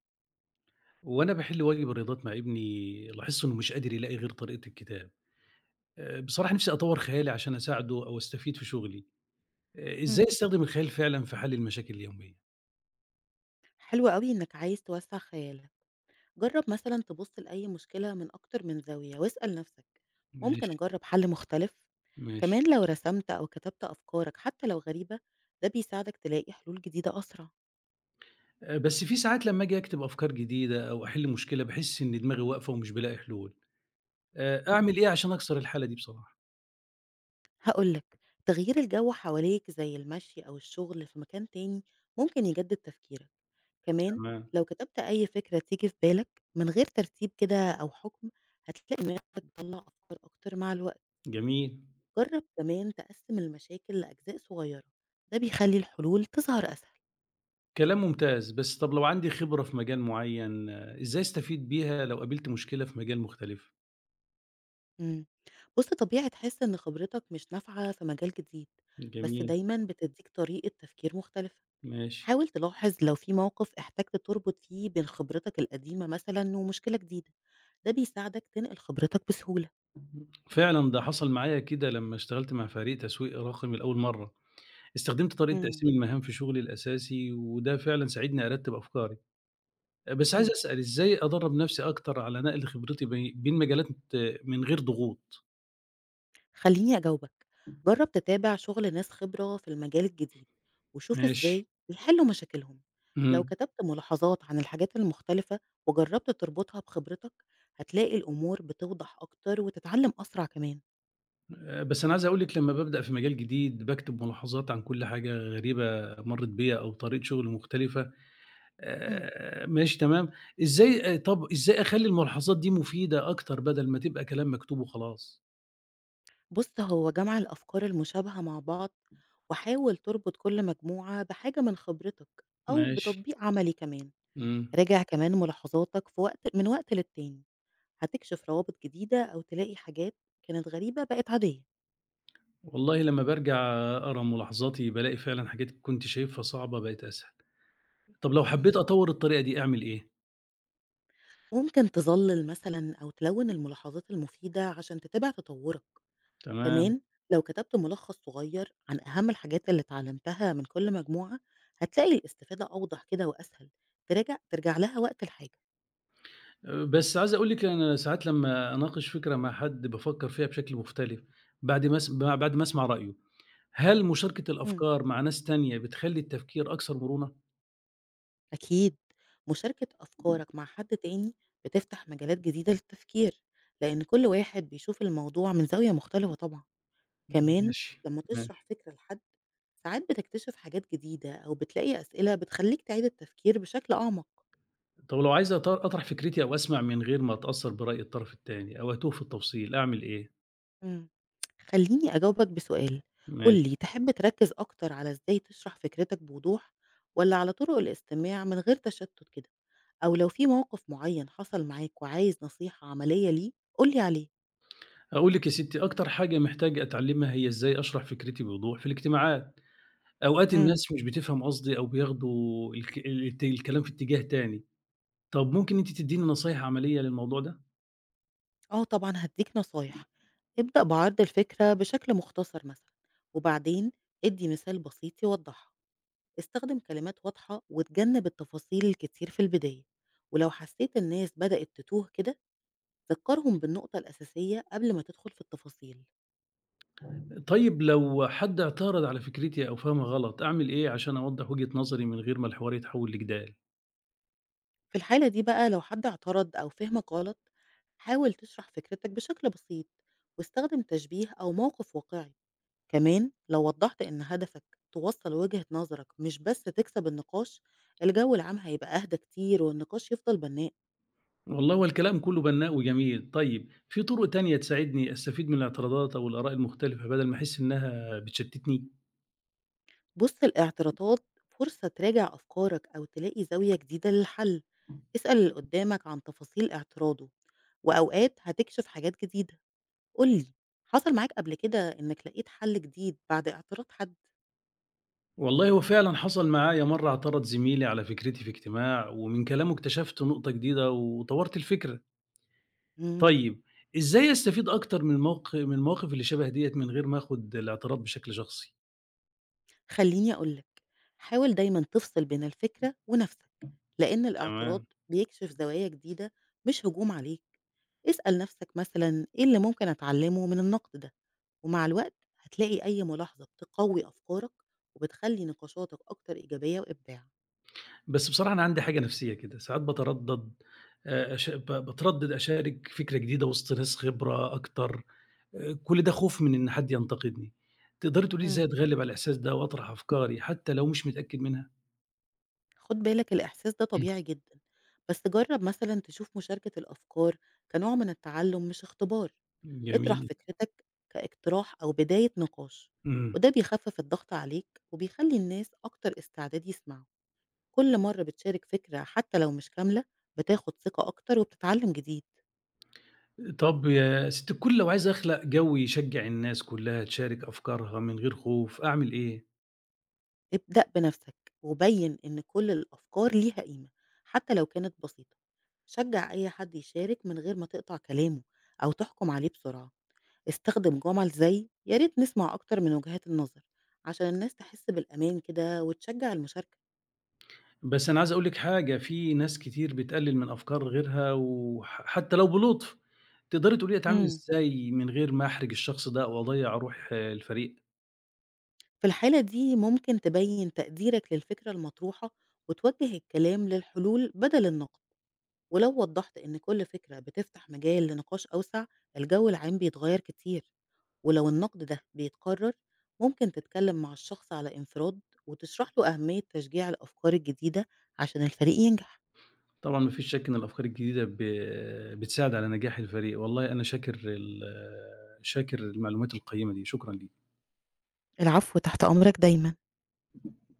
وأنا باحل واجب الرياضات مع ابني لاحظت إنه مش قادر يلاقي غير طريقة الكتاب. بصراحة نِفْسي أطوّر خيالي عشان أساعده أو أستفيد في شغلي. إزاي إمم، أستخدم الخيال فعلًا في حل المشاكل اليومية؟ حلو أوي إنك عايز توسّع خيالك، جرّب مثلًا تبُص لأي مشكلة من أكتر من زاوية، واسأل نفسك ممكن ماشي، أجرّب حل مختلف؟ ماشي. كمان لو رسمت أو كتبت أفكارك حتى لو غريبة، ده بيساعدك تلاقي حلول جديدة أسرع. بس في ساعات لمّا آجي أكتب أفكار جديدة أو أحل مشكلة باحس إن دماغي واقفة ومش بالاقي حلول. إمم. أعمل إيه عشان أكسر الحالة دي بصراحة؟ هاقول لك، تغيير الجو حواليك زي المشي أو الشغل في مكان تاني ممكن يجدد تفكيرك. كمان تمام، لو كتبت أي فكرة تيجي في بالك من غير ترتيب كده أو حُكم، هتلاقي إنك بتطلّع أفكار أكتر مع الوقت. جميل. جرب كمان تقسم المشاكل لأجزاء صغيرة، ده بيخلي الحلول تظهر أسهل. كلام ممتاز، بس طَب لو عندي خبرة في مجال معيّن آه، إزاي أستفيد بيها لو قابلت مشكلة في مجال مختلف؟ مم. بص، طبيعي تحس إن خبرتك مش نافعة في مجال جديد، بس جميل، دايما بتديك طريقة تفكير مختلفة. ماشي. حاول تلاحظ لو في موقف احتجت تربط فيه بين خبرتك القديمة مثلا ومشكلة جديدة، ده بيساعدك تنقل خبرتك بسهولة. فعلًا ده حصل معايا كده لمّا اشتغلت مع فريق تسويق رقمي لأول مرّة، استخدمت طريقة مم. تقسيم المهام في شغلي الأساسي، وده فعلًا ساعدني أرتّب أفكاري، بس عايز مم. أسأل إزاي أدرّب نفسي أكتر على نقل خبرتي بين مجالات من غير ضغوط؟ خليني أجاوبك، جرب تتابع شغل ناس خبرة في المجال الجديد وشوف ماشي، إزاي بيحلوا مشاكلهم. لو إمم، كتبت ملاحظات عن الحاجات المختلفة وجربت تربطها بخبرتك، هتلاقي الأمور بتوضح أكتر وتتعلم أسرع كمان. بس أنا عايز أقول لِك لمّا بابدأ في مجال جديد باكتب ملاحظات عن كل حاجة غريبة مرّت بيّا أو طريقة شغل مختلفة، مم. ماشي تمام. إزاي طَب إزاي أخلّي الملاحظات دي مفيدة أكتر بدل ما تبقى كلام مكتوب وخلاص؟ بص، هو جمع الأفكار المشابهة مع بعض، وحاول تربط كل مجموعة بحاجة من خبرتك أو ماشي. بتطبيق عملي كمان. إمم. راجع كمان ملاحظاتك في وقت من وقت للتاني، هتكشف روابط جديدة أو تلاقي حاجات كانت غريبة بقت عادية. والله لمّا بارجع أقرا ملاحظاتي بالاقي فعلًا حاجات كنت شايفها صعبة بقت أسهل. طب لو حبيت اهم. أطوّر الطريقة دي أعمل إيه؟ ممكن تظلل مثلًا أو تلوِّن الملاحظات المفيدة عشان تتابع تطوُّرك. تمام. كمان لو كتبت ملخص صغير عن أهم الحاجات اللي اتعلمتها من كل مجموعة، هتلاقي الاستفادة أوضح كده وأسهل ترجع لها وقت الحاجة. بس عايز أقول لِك أنا ساعات لمّا أناقش فكرة مع حد بافكّر فيها بشكل مختلف بعد ما أسمع رأيه. هل مشاركة امم. الأفكار مع ناس تانية بتخلّي التفكير أكثر مرونة؟ أكيد، مشاركة أفكارك مع حد تاني بتفتح مجالات جديدة للتفكير، لإن كل واحد بيشوف الموضوع من زاوية مختلفة طبعًا. كمان ماشي، لمّا ماشي. تشرح فكرة لحد، ساعات بتكتشف حاجات جديدة أو بتلاقي أسئلة بتخلّيك تعيد التفكير بشكل أعمق. طب لو عايز أطرح فكرتي أو أسمع من غير ما أتأثّر برأي الطرف التاني أو أتوه في التفصيل أعمل إيه؟ امم. خلّيني أجاوبك بسؤال، قُل ماشي. لي، تحب تركّز أكتر على إزاي تشرح فكرتك بوضوح، والّا على طرق الاستماع من غير تشتت كده؟ أو لو في موقف معيّن حصل معاك وعايز نصيحة عملية ليه، قُل لي عليه. هاقول لِك يا ستّي أكتر حاجة محتاج أتعلّمها هي إزاي أشرح فكرتي بوضوح في الاجتماعات، أوقات امم. الناس مش بتفهم قصدي أو بياخدوا الكلام في اتجاه تاني، طَب ممكن أنتِ تدّيني نصايح عملية للموضوع ده؟ آه، طبعًا هادّيك نصايح. ابدأ بعرض الفكرة بشكل مختصر مثلًا، وبعدين ادّي مثال بسيط يوضّحها. استخدم كلمات واضحة وتجنب التفاصيل الكتير في البداية، ولو حسيت الناس بدأت تتوه كده، ذكرهم بالنقطة الأساسية قبل ما تدخل في التفاصيل. طيب لو حد اعترض على فكرتي أو فهمها غلط، أعمل إيه عشان أوضّح وجهة نظري من غير ما الحوار يتحوّل لجدال؟ في الحالة دي بقى، لو حد اعترض أو فهمك غلط، حاول تشرح فكرتك بشكل بسيط، واستخدم تشبيه أو موقف واقعي. كمان لو وضحت إن هدفك توصل وجهة نظرك، مش بس تكسب النقاش، الجو العام هيبقى أهدى كتير والنقاش يفضل بناء. والله هو الكلام كلّه بنّاء وجميل، طيب في طُرق تانية تساعدني أستفيد من الاعتراضات أو الآراء المختلفة بدل ما أحس إنها بتشتّتني؟ بُص، الاعتراضات فرصة تراجع أفكارك أو تلاقي زاوية جديدة للحل. اسأل اللي قدامك عن تفاصيل اعتراضه، وأوقات هتكشف حاجات جديدة. قُل لي، حصل معاك قبل كده إنك لقيت حل جديد بعد اعتراض حد؟ والله هو فعلًا حصل معايا مرّة اعترض زميلي على فكرتي في اجتماع، ومن كلامه اكتشفت نقطة جديدة وطوّرت الفكرة. إمم، طيب إزاي أستفيد أكتر من الموق من المواقف اللي شبه ديّة من غير ما آخُد الاعتراض بشكل شخصي؟ خلّيني أقول لك، حاول دايمًا تفصل بين الفكرة ونفسك، لإن الاعتراض تمام. بيكشف زوايا جديدة مش هجوم عليك. اسأل نفسك مثلًا، إيه اللي ممكن أتعلمه من النقد ده؟ ومع الوقت هتلاقي أي ملاحظة بتقوي أفكارك وبتخلي نقاشاتك أكتر إيجابية وإبداع. بس بصراحة أنا عندي حاجة نفسية كده، ساعات باتردّد أش ب باتردّد أشارك فكرة جديدة وسط ناس خبرة أكتر، كل ده خوف من إن حد ينتقدني. تقدري تقولي لي إزاي مم. أتغلّب على الإحساس ده وأطرح أفكاري حتى لو مش متأكد منها؟ خد بالك، الإحساس ده طبيعي جدا، بس جرب مثلا تشوف مشاركة الأفكار كنوع من التعلم، مش اختبار. اطرح جميل. فكرتك كاقتراح أو بداية نقاش، إمم. وده بيخفف الضغط عليك وبيخلي الناس أكتر استعداد يسمعوا. كل مرة بتشارك فكرة حتى لو مش كاملة، بتاخد ثقة أكتر وبتتعلم جديد. طب يا ست الكل لو عايز أخلق جو يشجّع الناس كلّها تشارك أفكارها من غير خوف، أعمل إيه؟ ابدأ بنفسك وبيّن إن كل الأفكار ليها قيمة، حتى لو كانت بسيطة. شجّع أي حد يشارك من غير ما تقطع كلامه أو تحكم عليه بسرعة. استخدم جمل زي يا ريت نسمع أكتر من وجهات النظر، عشان الناس تحس بالأمان كده وتشجع المشاركة. بس أنا عايز أقول لِك حاجة، في ناس كتير بتقلِّل من أفكار غيرها حتّى لو بلُطف، تقدري تقولي لي أتعامل امم إزاي من غير ما أحرج الشخص ده أو أضيّع روح الفريق؟ في الحالة دي ممكن تبين تقديرك للفكرة المطروحة، وتوجه الكلام للحلول بدل النقد. ولو وضحت إن كل فكرة بتفتح مجال لنقاش أوسع، الجو العام بيتغير كتير. ولو النقد ده بيتكرر، ممكن تتكلم مع الشخص على انفراد وتشرح له أهمية تشجيع الأفكار الجديدة عشان الفريق ينجح. طبعًا ما فيش شَك إن الأفكار الجديدة بتساعد على نجاح الفريق، والله أنا شاكر المعلومات القيّمة دي، شكرًا ليكِ. العفو، تحت أمرك دايما.